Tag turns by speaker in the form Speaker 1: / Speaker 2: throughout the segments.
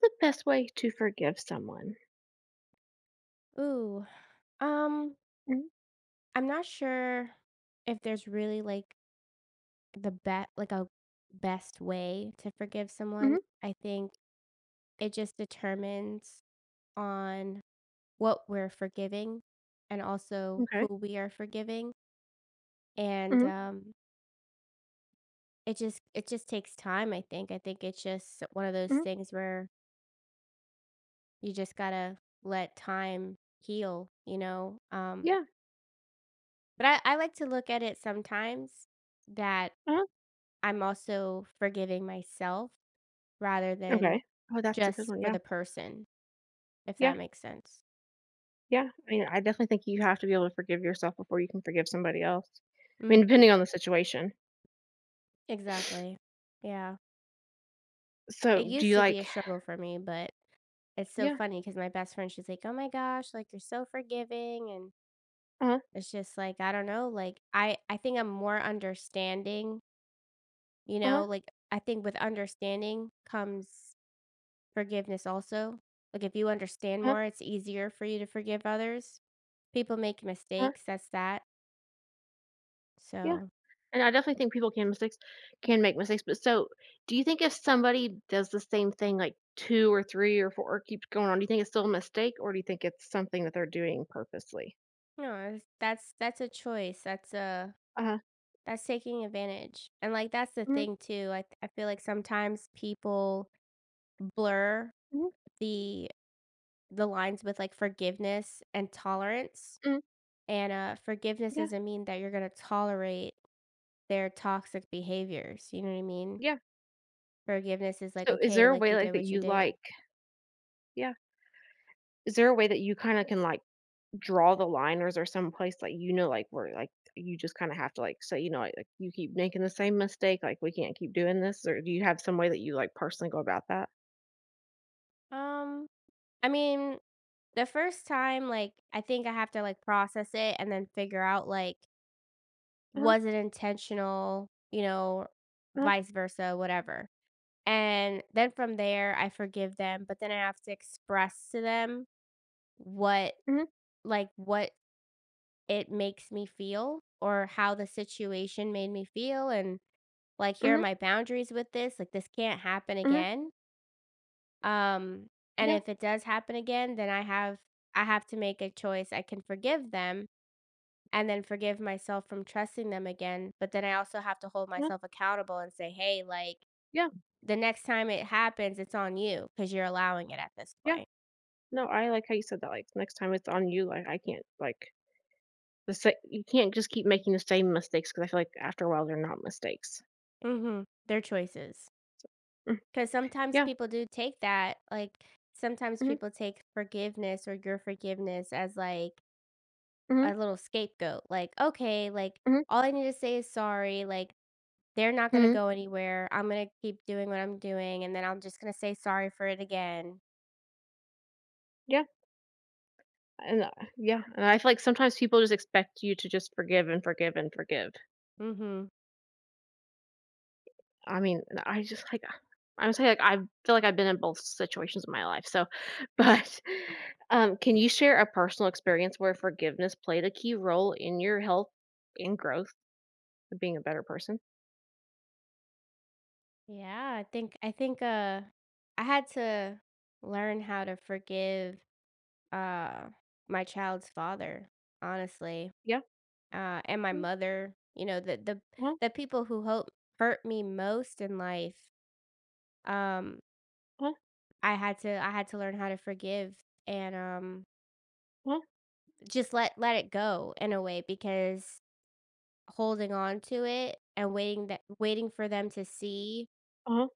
Speaker 1: The best way to forgive someone?
Speaker 2: Ooh. Um,
Speaker 1: Mhm,
Speaker 2: I'm not sure if there's really like the bet like a best way to forgive someone.
Speaker 1: mhm,
Speaker 2: I think it just determines on what we're forgiving and also
Speaker 1: okay.
Speaker 2: who we are forgiving. And
Speaker 1: Mhm,
Speaker 2: um it just it just takes time, I think. I think it's just one of those
Speaker 1: mhm,
Speaker 2: things where you just gotta let time heal, you know? Um
Speaker 1: yeah,
Speaker 2: but I like to look at it sometimes that
Speaker 1: uh-huh,
Speaker 2: I'm also forgiving myself rather than
Speaker 1: okay. Oh, that's a good
Speaker 2: just
Speaker 1: one,
Speaker 2: for
Speaker 1: yeah.
Speaker 2: the person, if
Speaker 1: Yeah,
Speaker 2: that makes sense.
Speaker 1: yeah, I mean, I definitely think you have to be able to forgive yourself before you can forgive somebody else. I mean,
Speaker 2: Mhm.
Speaker 1: depending on the situation.
Speaker 2: Exactly. Yeah. It
Speaker 1: So, do
Speaker 2: used
Speaker 1: you
Speaker 2: to be a
Speaker 1: like,
Speaker 2: struggle for me, but it's so
Speaker 1: yeah,
Speaker 2: funny because my best friend, she's like, "Oh my gosh, like you're so forgiving," and
Speaker 1: uh-huh,
Speaker 2: it's just like I don't know, like I think I'm more understanding, you
Speaker 1: uh-huh,
Speaker 2: know, like I think with understanding comes forgiveness also. Like if you understand
Speaker 1: uh
Speaker 2: more, it's easier for you to forgive others. People make
Speaker 1: uh
Speaker 2: mistakes, that's that.
Speaker 1: yeah,
Speaker 2: So,
Speaker 1: and I definitely think people can mistakes can make mistakes, but so, do you think if somebody does the same thing, like, 2 or 3 or 4 or keeps going on, do you think it's still a mistake, or do you think it's something that they're doing purposely?
Speaker 2: no, it's that's a choice. That's a
Speaker 1: Uh-huh,
Speaker 2: that's taking advantage. And like that's the
Speaker 1: mhm,
Speaker 2: thing too. I feel like sometimes people blur
Speaker 1: mhm.
Speaker 2: the the lines with like forgiveness and tolerance.
Speaker 1: Mm,
Speaker 2: And forgiveness
Speaker 1: yeah,
Speaker 2: doesn't mean that you're going to tolerate their toxic behaviors. You know what I mean?
Speaker 1: yeah.
Speaker 2: Forgiveness is like
Speaker 1: So is
Speaker 2: okay,
Speaker 1: there a
Speaker 2: like
Speaker 1: way,
Speaker 2: you did
Speaker 1: like, that
Speaker 2: what you
Speaker 1: you
Speaker 2: did.
Speaker 1: like, yeah. Is there a way that you kinda can, like, draw the line, or is there some place like, you know, like, where, like, you just kinda have to, like, say, you know, like, "You keep making the same mistake, like, we can't keep doing this," or do you have some way that you, like, personally go about that?
Speaker 2: Um I mean, the first time like I think I have to like process it and then figure out like
Speaker 1: Uh-huh,
Speaker 2: was it intentional? You know,
Speaker 1: uh-huh,
Speaker 2: vice versa, whatever. And then from there, I forgive them, but then I have to express to them what,
Speaker 1: mhm,
Speaker 2: like, what it makes me feel or how the situation made me feel. And like, here are
Speaker 1: mhm,
Speaker 2: my boundaries with this. Like, this can't happen
Speaker 1: mhm,
Speaker 2: again. Um, and
Speaker 1: yeah,
Speaker 2: if it does happen again, then I have to make a choice. I can forgive them and then forgive myself from trusting them again. But then I also have to hold
Speaker 1: yeah,
Speaker 2: myself accountable and say, hey, like
Speaker 1: yeah,
Speaker 2: the next time it happens, it's on you because you're allowing it at this
Speaker 1: yeah.
Speaker 2: point.
Speaker 1: No, I like how you said that, like, next time it's on you, like, I can't, like, the sa you can't just keep making the same mistakes because I feel like after a while they're not mistakes.
Speaker 2: Mm-hmm. Their choices.
Speaker 1: Mm,
Speaker 2: Because sometimes
Speaker 1: yeah,
Speaker 2: people do take that, like, sometimes
Speaker 1: mhm,
Speaker 2: people take forgiveness or your forgiveness as like
Speaker 1: mhm,
Speaker 2: a little scapegoat. Like, okay, like
Speaker 1: mhm,
Speaker 2: all I need to say is sorry. Like, they're not going to
Speaker 1: mhm,
Speaker 2: go anywhere. I'm going to keep doing what I'm doing. And then I'm just going to say sorry for it again.
Speaker 1: yeah. And, yeah, and I feel like sometimes people just expect you to just forgive and forgive and forgive.
Speaker 2: Mm hmm.
Speaker 1: I mean, and I just like, I'm saying like I feel like I've been in both situations in my life. So, but can you share a personal experience where forgiveness played a key role in your health and growth of being a better person?
Speaker 2: Yeah, I think I had to learn how to forgive uh my child's father, honestly.
Speaker 1: Yeah.
Speaker 2: And my
Speaker 1: Mm,
Speaker 2: mother, you know, the the
Speaker 1: uh-huh.
Speaker 2: the people who hope hurt me most in life. Um
Speaker 1: Uh-huh.
Speaker 2: I had to learn how to forgive and
Speaker 1: Uh-huh.
Speaker 2: just let it go in a way because holding on to it and waiting for them to see
Speaker 1: Uh-huh.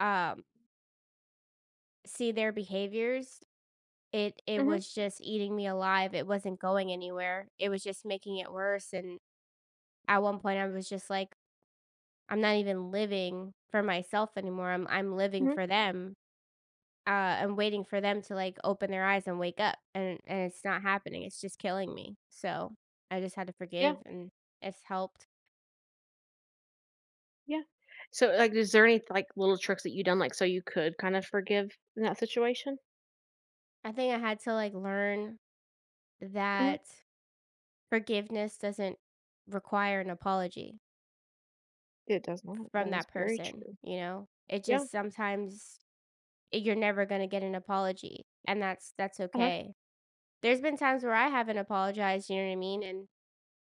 Speaker 2: um see their behaviors. It
Speaker 1: Mhm.
Speaker 2: was just eating me alive, it wasn't going anywhere, it was just making it worse, and at one point, I was just like, "I'm not even living for myself anymore, I'm living
Speaker 1: Mhm.
Speaker 2: for them, I'm waiting for them to, like, open their eyes and wake up," and it's not happening, it's just killing me, so, I just had to
Speaker 1: Yeah.
Speaker 2: forgive, and it's helped.
Speaker 1: Yeah. So, like, is there any like little tricks that you done like so you could kind of forgive in that situation?
Speaker 2: I think I had to, like, learn
Speaker 1: Hmm.
Speaker 2: that forgiveness doesn't require an apology
Speaker 1: It does not.
Speaker 2: from
Speaker 1: That
Speaker 2: that
Speaker 1: is very
Speaker 2: person,
Speaker 1: true.
Speaker 2: you know? It
Speaker 1: Yeah.
Speaker 2: just sometimes you're never gonna get an apology, and that's
Speaker 1: Uh-huh.
Speaker 2: okay. There's been times where I haven't apologized, you know what I mean, and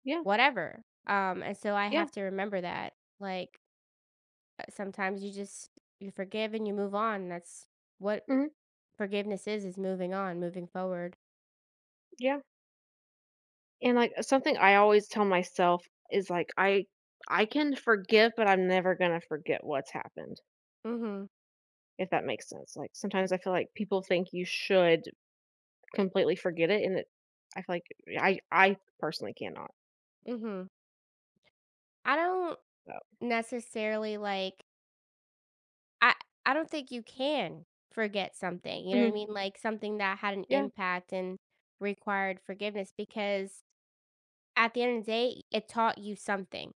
Speaker 1: Yeah,
Speaker 2: whatever, and so I
Speaker 1: yeah,
Speaker 2: have to remember that, like, sometimes you forgive and you move on, that's what
Speaker 1: mhm,
Speaker 2: forgiveness is moving on, moving forward.
Speaker 1: yeah, and, like, something I always tell myself is, like, I can forgive, but I'm never gonna forget what's happened,
Speaker 2: Mhm,
Speaker 1: if that makes sense, like, sometimes I feel like people think you should completely forget it, and it I feel like yeah, I personally cannot,
Speaker 2: mhm. I don't
Speaker 1: so
Speaker 2: necessarily, like I I don't think you can forget something, you know what I
Speaker 1: mhm,
Speaker 2: mean, like, something that had an
Speaker 1: yeah,
Speaker 2: impact and required forgiveness because at the end of the day, it taught you something.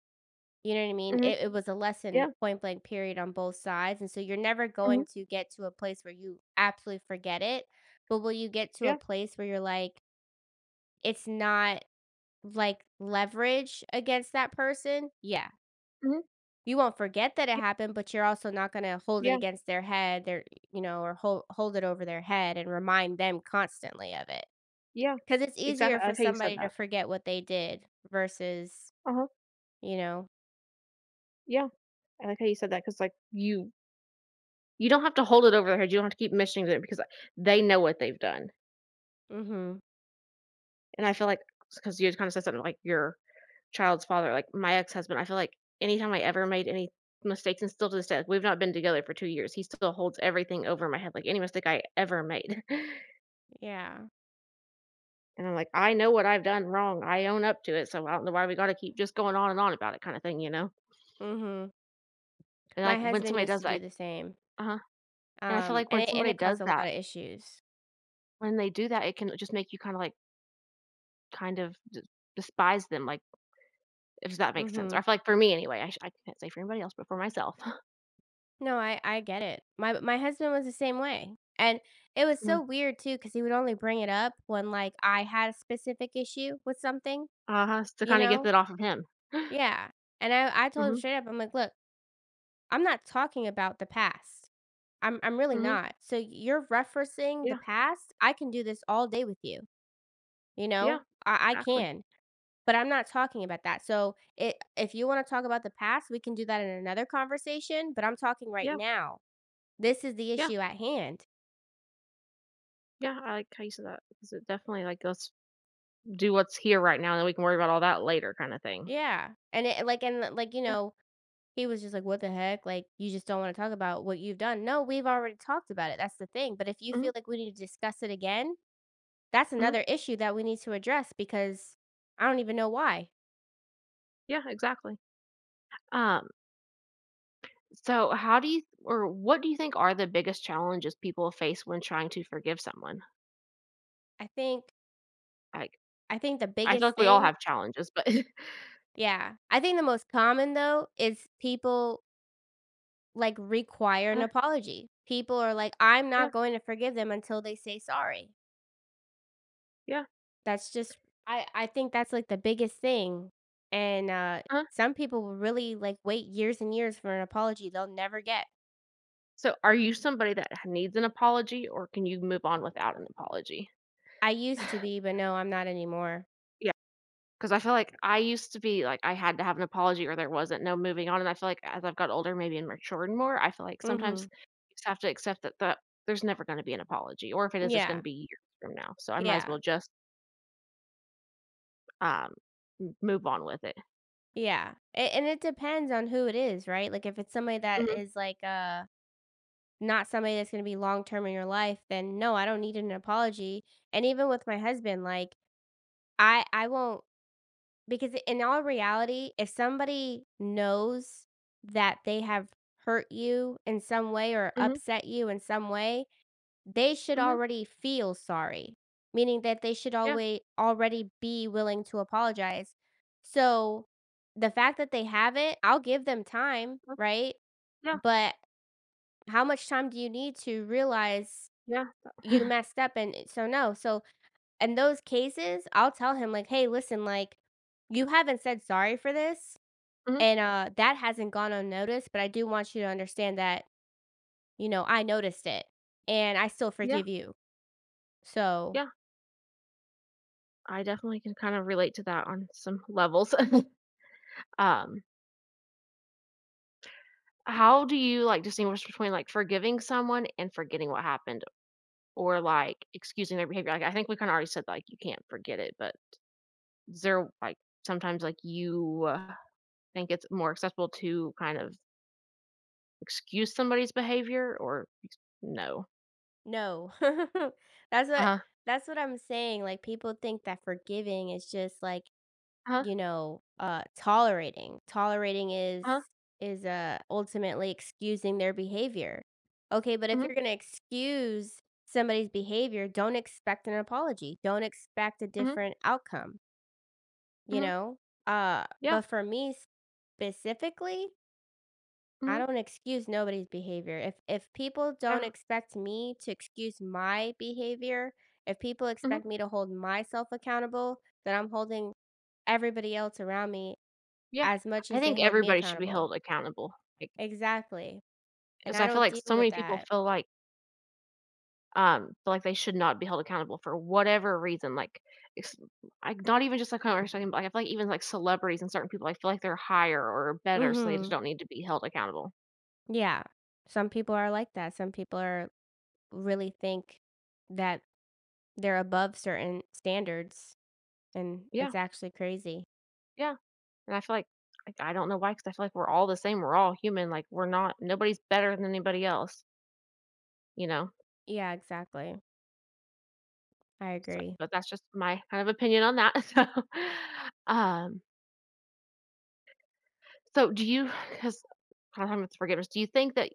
Speaker 2: You know what I mean?
Speaker 1: mhm,
Speaker 2: It was a lesson,
Speaker 1: yeah,
Speaker 2: point blank, period, on both sides. And so you're never going
Speaker 1: mhm,
Speaker 2: to get to a place where you absolutely forget it. But will you get to a
Speaker 1: yeah,
Speaker 2: place where you're like, it's not like leverage against that person? Yeah.
Speaker 1: mhm,
Speaker 2: You won't forget that it
Speaker 1: yeah,
Speaker 2: happened, but you're also not going to hold it
Speaker 1: yeah,
Speaker 2: against their head, their, you know, or hold it over their head and remind them constantly of it.
Speaker 1: yeah,
Speaker 2: Because it's easier
Speaker 1: exactly, I
Speaker 2: for
Speaker 1: like how you said
Speaker 2: somebody to
Speaker 1: that.
Speaker 2: forget what they did versus,
Speaker 1: Uh-huh,
Speaker 2: you know,
Speaker 1: yeah, I like how you said that because like, you don't have to hold it over their head, you don't have to keep mentioning it because they know what they've done.
Speaker 2: mm hmm.
Speaker 1: And I feel like, because you kinda said something like your child's father, like my ex-husband, I feel like anytime I ever made any mistakes and still to this day, like, we've not been together for 2 years, he still holds everything over my head, like any mistake I ever made.
Speaker 2: Yeah.
Speaker 1: And I'm like, "I know what I've done wrong, I own up to it, so I don't know why we gotta keep just going on and on about it," kinda thing, you know?
Speaker 2: Mhm.
Speaker 1: And
Speaker 2: My
Speaker 1: like when
Speaker 2: husband
Speaker 1: somebody
Speaker 2: used
Speaker 1: does
Speaker 2: to do
Speaker 1: that,
Speaker 2: the same.
Speaker 1: uh-huh, and I feel
Speaker 2: Um,
Speaker 1: like
Speaker 2: and
Speaker 1: when
Speaker 2: it and
Speaker 1: somebody
Speaker 2: it caused
Speaker 1: does
Speaker 2: a
Speaker 1: that,
Speaker 2: lot of issues.
Speaker 1: when they do that, it can just make you kinda like kind of d despise them, like, if that makes sense. Or I
Speaker 2: Mhm.
Speaker 1: feel like for me anyway, I sh I can't say for anybody else, but for myself.
Speaker 2: No, I get it. My husband was the same way. And it was so weird too cuz he would only bring it up when like I had a specific issue with something,
Speaker 1: Uh-huh, to
Speaker 2: you
Speaker 1: kinda get
Speaker 2: know?
Speaker 1: that off of him.
Speaker 2: Yeah. And I told him
Speaker 1: Mhm,
Speaker 2: straight up I'm like, "Look, I'm not talking about the past. I'm really
Speaker 1: mhm,
Speaker 2: not. So you're referencing the
Speaker 1: yeah,
Speaker 2: past? I can do this all day with you. You
Speaker 1: yeah,
Speaker 2: know? I
Speaker 1: exactly.
Speaker 2: can. But I'm not talking about that. So, I if you wanna talk about the past, we can do that in another conversation, but I'm talking right
Speaker 1: Yeah,
Speaker 2: now. This is the
Speaker 1: yeah,
Speaker 2: issue at hand.
Speaker 1: yeah, I like how you said that because it definitely, like, "Let's do what's here right now, and then we can worry about all that later," kinda thing.
Speaker 2: Yeah, and like, you
Speaker 1: Yeah,
Speaker 2: know, he was just like, "What the heck? Like, you just don't wanna talk about what you've done." No, we've already talked about it, that's the thing, but if you feel
Speaker 1: mhm,
Speaker 2: like we need to discuss it again, that's
Speaker 1: mhm,
Speaker 2: another issue that we need to address because I don't even know why.
Speaker 1: yeah, exactly. Um, so how do you or what do you think are the biggest challenges people face when trying to forgive someone?
Speaker 2: I think
Speaker 1: Like,
Speaker 2: I think the
Speaker 1: I feel
Speaker 2: biggest
Speaker 1: like we all
Speaker 2: thing,
Speaker 1: have challenges, but
Speaker 2: yeah. I think the most common, though, is people like, require an
Speaker 1: uh-huh,
Speaker 2: apology. People are like, "I'm
Speaker 1: yeah,
Speaker 2: not going to forgive them until they say sorry."
Speaker 1: yeah,
Speaker 2: That's just I think that's, like, the biggest thing, and,
Speaker 1: uh-huh.
Speaker 2: some people will really, like, wait years and years for an apology they'll never get.
Speaker 1: So, are you somebody that needs an apology, or can you move on without an apology?
Speaker 2: I used to be, but no, I'm not anymore.
Speaker 1: Yeah. 'Cause I feel like I used to be like, I had to have an apology or there wasn't no moving on, and I feel like as I've got older, maybe and matured more, I feel like sometimes
Speaker 2: Mhm.
Speaker 1: you just have to accept that there's never gonna be an apology, or if it is, it's gonna
Speaker 2: Yeah.
Speaker 1: be years from now, so I might as
Speaker 2: Yeah.
Speaker 1: well just, um, m move on with it.
Speaker 2: Yeah. A and it depends on who it is, right? Like, if it's somebody that
Speaker 1: Mhm,
Speaker 2: is, like, not somebody that's gonna be long term in your life, then no, I don't need an apology, and even with my husband, like, I won't. Because in all reality, if somebody knows that they have hurt you in some way or
Speaker 1: mhm,
Speaker 2: upset you in some way, they should
Speaker 1: mhm,
Speaker 2: already feel sorry, meaning that they should
Speaker 1: yeah,
Speaker 2: always already be willing to apologize. So the fact that they haven't, I'll give them time,
Speaker 1: well,
Speaker 2: right?
Speaker 1: yeah,
Speaker 2: But how much time do you need to realize
Speaker 1: yeah,
Speaker 2: you messed up? And so, no. So in those cases, I'll tell him like, "Hey, listen, like, you haven't said sorry for this,
Speaker 1: mhm,
Speaker 2: and, that hasn't gone unnoticed, but I do want you to understand that, you know, I noticed it, and I still
Speaker 1: yeah,
Speaker 2: forgive you. So,
Speaker 1: yeah, I definitely can kind of relate to that on some levels. Um, how do you, like, distinguish between, like, forgiving someone and forgetting what happened, or like excusing their behavior? Like I think we kind of already said like you can't forget it, but is there like sometimes like you think it's more acceptable to kind of excuse somebody's behavior or ex- no?
Speaker 2: no." That's
Speaker 1: Uh
Speaker 2: what
Speaker 1: huh.
Speaker 2: that's what I'm saying, like, people think that forgiving is just, like,
Speaker 1: Uh
Speaker 2: you know, tolerating. Tolerating is
Speaker 1: huh.
Speaker 2: is uh, ultimately excusing their behavior. Okay, but
Speaker 1: mm
Speaker 2: if
Speaker 1: Mhm.
Speaker 2: you're going to excuse somebody's behavior, don't expect an apology. Don't expect a
Speaker 1: Mhm.
Speaker 2: different outcome. You
Speaker 1: Mhm.
Speaker 2: know. But
Speaker 1: Yeah.
Speaker 2: for me specifically,
Speaker 1: mm
Speaker 2: I
Speaker 1: Mhm.
Speaker 2: don't excuse nobody's behavior. If people don't
Speaker 1: Yeah.
Speaker 2: expect me to excuse my behavior, if people
Speaker 1: mm Mhm.
Speaker 2: expect me to hold myself accountable, then I'm holding everybody else around me
Speaker 1: Yeah.
Speaker 2: as much
Speaker 1: I
Speaker 2: as they
Speaker 1: think
Speaker 2: hold me
Speaker 1: everybody should be
Speaker 2: accountable.
Speaker 1: held accountable. Like,
Speaker 2: Exactly, and
Speaker 1: because
Speaker 2: I
Speaker 1: I feel
Speaker 2: don't
Speaker 1: like
Speaker 2: deal
Speaker 1: so
Speaker 2: with
Speaker 1: many people
Speaker 2: that.
Speaker 1: feel like, but, like, they should not be held accountable for whatever reason, like, it's like, not even just, like, kind of are saying, like, I feel like even, like, celebrities and certain people, I feel like they're higher or better, so they just
Speaker 2: Mhm.
Speaker 1: don't need to be held accountable.
Speaker 2: Yeah. Some people are like that. Some people are really think that they're above certain standards, and
Speaker 1: Yeah,
Speaker 2: it's actually crazy.
Speaker 1: yeah, and I feel like, I don't know why, because I feel like we're all the same, we're all human, like, we're not nobody's better than anybody else, you know?
Speaker 2: Yeah, exactly. I
Speaker 1: So
Speaker 2: agree.
Speaker 1: but that's just my kind of opinion on that, so, um, so do you? Because kind of with forgiveness, do you think that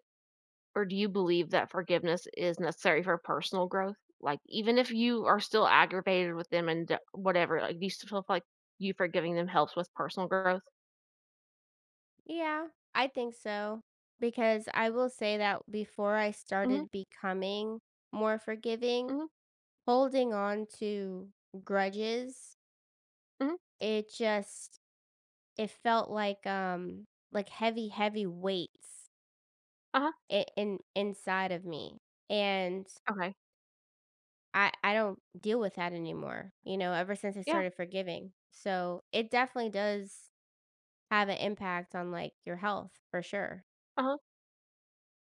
Speaker 1: or do you believe that forgiveness is necessary for personal growth? Like, even if you are still aggravated with them and d- whatever, like, do you still feel like you forgiving them helps with personal growth?
Speaker 2: Yeah, I think so, because I will say that before I
Speaker 1: Mm-hmm.
Speaker 2: started becoming more forgiving,
Speaker 1: Mm-hmm.
Speaker 2: holding on to grudges,
Speaker 1: Mm-hmm.
Speaker 2: it just It felt like heavy, heavy weights
Speaker 1: Uh-huh.
Speaker 2: I in inside of me, and
Speaker 1: Okay.
Speaker 2: I don't deal with that anymore, you know, ever since I
Speaker 1: Yeah.
Speaker 2: started forgiving. So, it definitely does have an impact on, like, your health for sure.
Speaker 1: Uh-huh.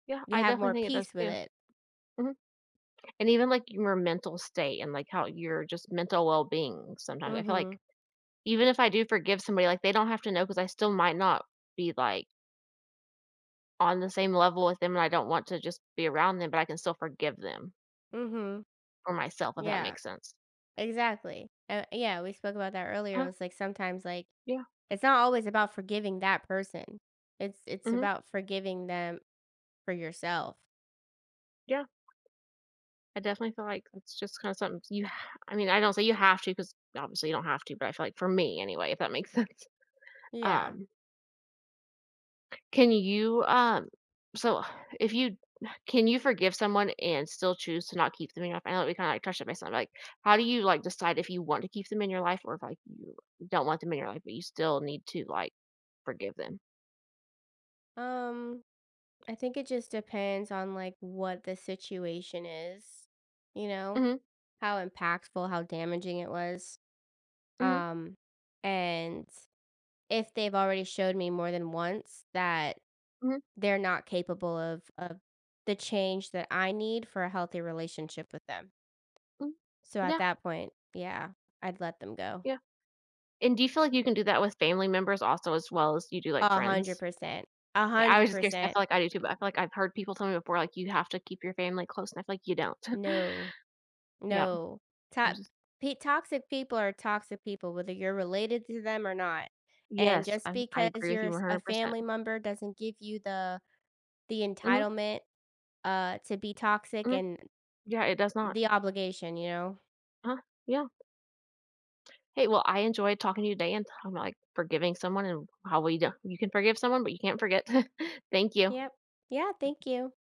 Speaker 1: Yeah.
Speaker 2: You
Speaker 1: I
Speaker 2: have more
Speaker 1: definitely think it does
Speaker 2: peace with
Speaker 1: too.
Speaker 2: it.
Speaker 1: Hmm. And even like your mental state and like how your just mental well being sometimes. I feel
Speaker 2: Mhm.
Speaker 1: like even if I do forgive somebody, like they don't have to know because I still might not be like on the same level with them and I don't want to just be around them, but I can still forgive them
Speaker 2: Mhm.
Speaker 1: for myself, if that
Speaker 2: Yeah,
Speaker 1: makes sense.
Speaker 2: exactly. Yeah, we spoke about that earlier. It
Speaker 1: uh
Speaker 2: was like sometimes, like,
Speaker 1: yeah,
Speaker 2: it's not always about forgiving that person. It's
Speaker 1: mhm,
Speaker 2: about forgiving them for yourself.
Speaker 1: yeah, I definitely feel like that's just kinda something you ha I mean, I don't say you have to, because obviously you don't have to, but I feel like for me anyway, if that makes sense.
Speaker 2: Yeah.
Speaker 1: Um, can you, so if you can you forgive someone and still choose to not keep them in your life? I know that we kinda, like, touched on this, like, how do you, like, decide if you want to keep them in your life or if, like, you don't want them in your life, but you still need to, like, forgive them?
Speaker 2: Um, I think it just depends on like what the situation is, you know,
Speaker 1: Mhm,
Speaker 2: how impactful, how damaging it was.
Speaker 1: mhm,
Speaker 2: Um, and if they've already showed me more than once that
Speaker 1: mhm,
Speaker 2: they're not capable of the change that I need for a healthy relationship with them.
Speaker 1: mhm.
Speaker 2: So at
Speaker 1: Yeah,
Speaker 2: that point, yeah, I'd let them go.
Speaker 1: yeah, and do you feel like you can do that with family members also as well as you do, like,
Speaker 2: A hundred
Speaker 1: friends?
Speaker 2: percent. A
Speaker 1: I was
Speaker 2: hundred
Speaker 1: just curious, I
Speaker 2: percent.
Speaker 1: feel like I do too, but I feel like I've heard people tell me before, like, "You have to keep your family close," and I feel like you don't.
Speaker 2: No.
Speaker 1: Yeah,
Speaker 2: No.
Speaker 1: I
Speaker 2: Top
Speaker 1: was just,
Speaker 2: pe toxic people are toxic people, whether you're related to them or not, and
Speaker 1: yes,
Speaker 2: just
Speaker 1: I
Speaker 2: because
Speaker 1: agree with
Speaker 2: you're
Speaker 1: you
Speaker 2: s a
Speaker 1: 100%.
Speaker 2: family
Speaker 1: Percent
Speaker 2: member doesn't give you the
Speaker 1: Mm-hmm,
Speaker 2: entitlement, to be toxic
Speaker 1: mm-hmm.
Speaker 2: and
Speaker 1: Yeah, it does not.
Speaker 2: the obligation, you know?
Speaker 1: Huh, yeah. Hey, well, I enjoyed talking to you today and talking about, like, forgiving someone and how we do you can forgive someone, but you can't forget. Thank you.
Speaker 2: Yep. Yeah, thank you.